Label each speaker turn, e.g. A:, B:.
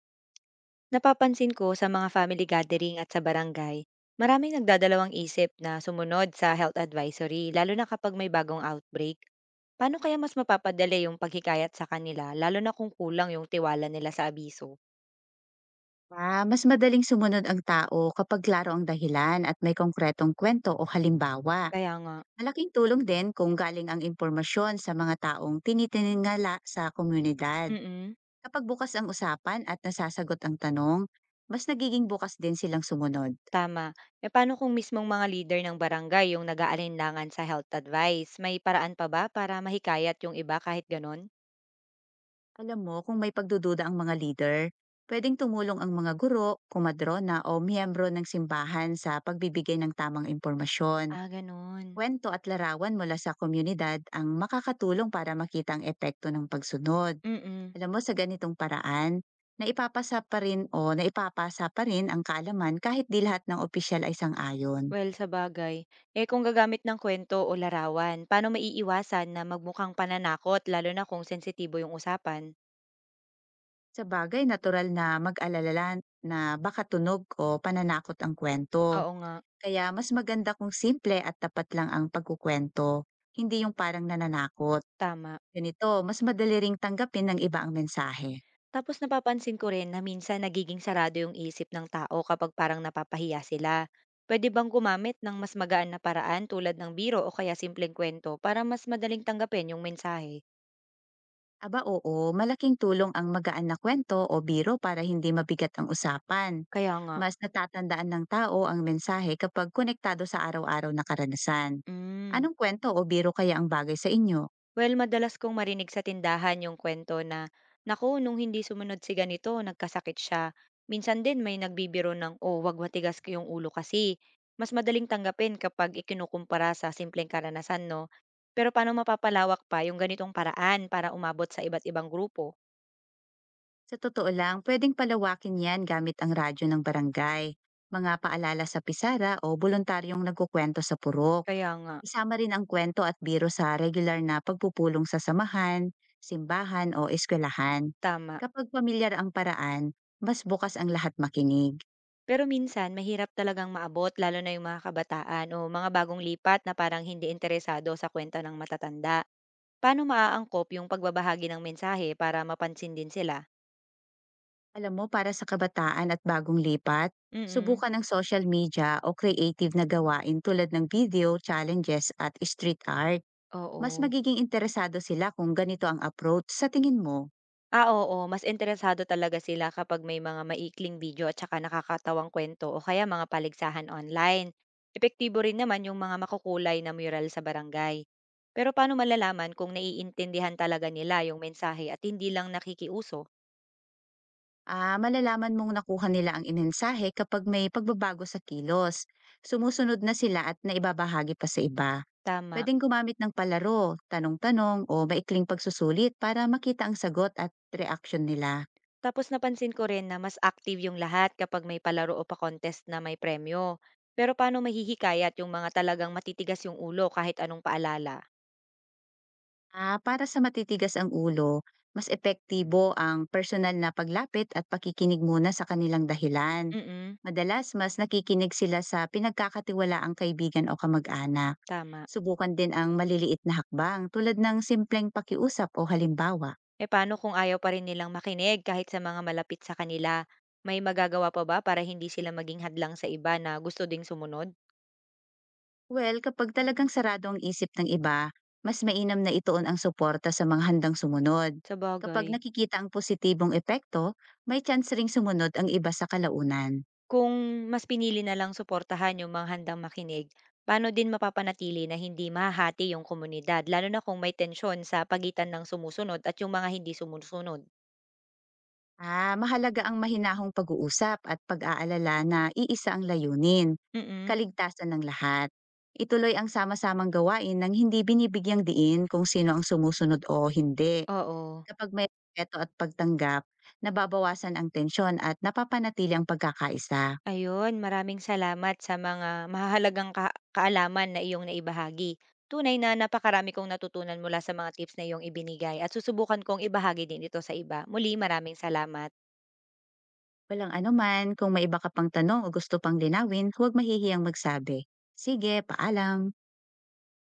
A: Napapansin ko sa mga family gathering at sa barangay, maraming nagdadalawang isip na sumunod sa health advisory, lalo na kapag may bagong outbreak. Paano kaya mas mapapadali yung paghikayat sa kanila, lalo na kung kulang yung tiwala nila sa abiso?
B: Mas madaling sumunod ang tao kapag klaro ang dahilan at may konkretong kwento o halimbawa.
A: Kaya nga.
B: Malaking tulong din kung galing ang impormasyon sa mga taong tinitingala sa komunidad.
A: mm
B: Kapag bukas ang usapan at nasasagot ang tanong, mas nagiging bukas din silang sumunod.
A: Tama. E paano kung mismong mga leader ng barangay yung nag-aalinlangan sa health advice? May paraan pa ba para mahikayat yung iba kahit ganon?
B: Alam mo, kung may pagdududa ang mga leader, pwedeng tumulong ang mga guro, kumadrona o miyembro ng simbahan sa pagbibigay ng tamang impormasyon.
A: Ah, ganon.
B: Kwento at larawan mula sa komunidad ang makakatulong para makita ang epekto ng pagsunod.
A: mm
B: Alam mo, sa ganitong paraan, naipapasa pa rin ang kaalaman kahit di lahat ng opisyal ay sang-ayon.
A: Well, sa bagay, eh kung gagamit ng kwento o larawan, paano maiiwasan na magmukhang pananakot lalo na kung sensitibo yung usapan?
B: Sa bagay, natural na mag-alala na baka tunog o pananakot ang kwento.
A: Oo nga.
B: Kaya mas maganda kung simple at tapat lang ang pagkukwento, hindi yung parang nananakot.
A: Tama.
B: Ganito, mas madali ring tanggapin ng iba ang mensahe.
A: Tapos napapansin ko rin na minsan nagiging sarado yung isip ng tao kapag parang napapahiya sila. Pwede bang gumamit ng mas magaan na paraan tulad ng biro o kaya simpleng kwento para mas madaling tanggapin yung mensahe?
B: Aba oo, malaking tulong ang magaan na kwento o biro para hindi mabigat ang usapan.
A: Kaya nga.
B: Mas natatandaan ng tao ang mensahe kapag konektado sa araw-araw na karanasan.
A: Mm.
B: Anong kwento o biro kaya ang bagay sa inyo?
A: Well, madalas kong marinig sa tindahan yung kwento na, naku, nung hindi sumunod si ganito, nagkasakit siya. Minsan din may nagbibiro ng, oh, wag matigas ko yung ulo kasi. Mas madaling tanggapin kapag ikinukumpara sa simpleng karanasan, no? Pero paano mapapalawak pa yung ganitong paraan para umabot sa iba't ibang grupo?
B: Sa totoo lang, pwedeng palawakin yan gamit ang radyo ng barangay, mga paalala sa pisara o voluntaryong nagkukwento sa purok.
A: Kaya nga.
B: Isama rin ang kwento at biro sa regular na pagpupulong sa samahan, simbahan o eskwelahan.
A: Tama.
B: Kapag pamilyar ang paraan, mas bukas ang lahat makinig.
A: Pero minsan, mahirap talagang maabot, lalo na yung mga kabataan o mga bagong lipat na parang hindi interesado sa kwento ng matatanda. Paano maaangkop yung pagbabahagi ng mensahe para mapansin din sila?
B: Alam mo, para sa kabataan at bagong lipat,
A: Mm.
B: subukan ang social media o creative na gawain tulad ng video, challenges at street art. Mas
A: Oo.
B: magiging interesado sila kung ganito ang approach, sa tingin mo?
A: Ah, oo, mas interesado talaga sila kapag may mga maikling video at saka nakakatawang kwento o kaya mga paligsahan online. Epektibo rin naman yung mga makukulay na mural sa barangay. Pero paano malalaman kung naiintindihan talaga nila yung mensahe at hindi lang nakikiuso?
B: Malalaman mong nakuha nila ang inensahe kapag may pagbabago sa kilos. Sumusunod na sila at naibabahagi pa sa iba.
A: Tama.
B: Pwedeng gumamit ng palaro, tanong-tanong o maikling pagsusulit para makita ang sagot at reaksyon nila.
A: Tapos napansin ko rin na mas active yung lahat kapag may palaro o pa-contest na may premyo. Pero paano mahihikayat yung mga talagang matitigas yung ulo kahit anong paalala?
B: Para sa matitigas ang ulo, mas epektibo ang personal na paglapit at pakikinig muna sa kanilang dahilan.
A: Mm
B: Madalas mas nakikinig sila sa pinagkakatiwalaang kaibigan o kamag-anak.
A: Tama.
B: Subukan din ang maliliit na hakbang tulad ng simpleng pakiusap o halimbawa.
A: E paano kung ayaw pa rin nilang makinig kahit sa mga malapit sa kanila? May magagawa pa ba para hindi sila maging hadlang sa iba na gusto ding sumunod?
B: Well, kapag talagang sarado ang isip ng iba, mas mainam na ituon ang suporta sa mga handang sumunod.
A: Sa
B: Kapag
A: bagay.
B: nakikita ang positibong epekto, may chance ring sumunod ang iba sa kalaunan.
A: Kung mas pinili na lang suportahan yung mga handang makinig, paano din mapapanatili na hindi mahahati yung komunidad lalo na kung may tensyon sa pagitan ng sumusunod at yung mga hindi sumusunod?
B: Mahalaga ang mahinahong pag-uusap at pag-aalala na iisa ang layunin,
A: Mm,
B: kaligtasan ng lahat. Ituloy ang sama-samang gawain ng hindi binibigyang diin kung sino ang sumusunod o hindi.
A: oo.
B: Kapag may respeto at pagtanggap, nababawasan ang tensyon at napapanatili ang pagkakaisa.
A: Ayun, maraming salamat sa mga mahahalagang ka kaalaman na iyong naibahagi. Tunay na napakarami kong natutunan mula sa mga tips na iyong ibinigay at susubukan kong ibahagi din ito sa iba. Muli, maraming salamat.
B: Walang anuman, kung may iba ka pang tanong o gusto pang linawin, huwag mahihiyang magsabi. Sige, paalam.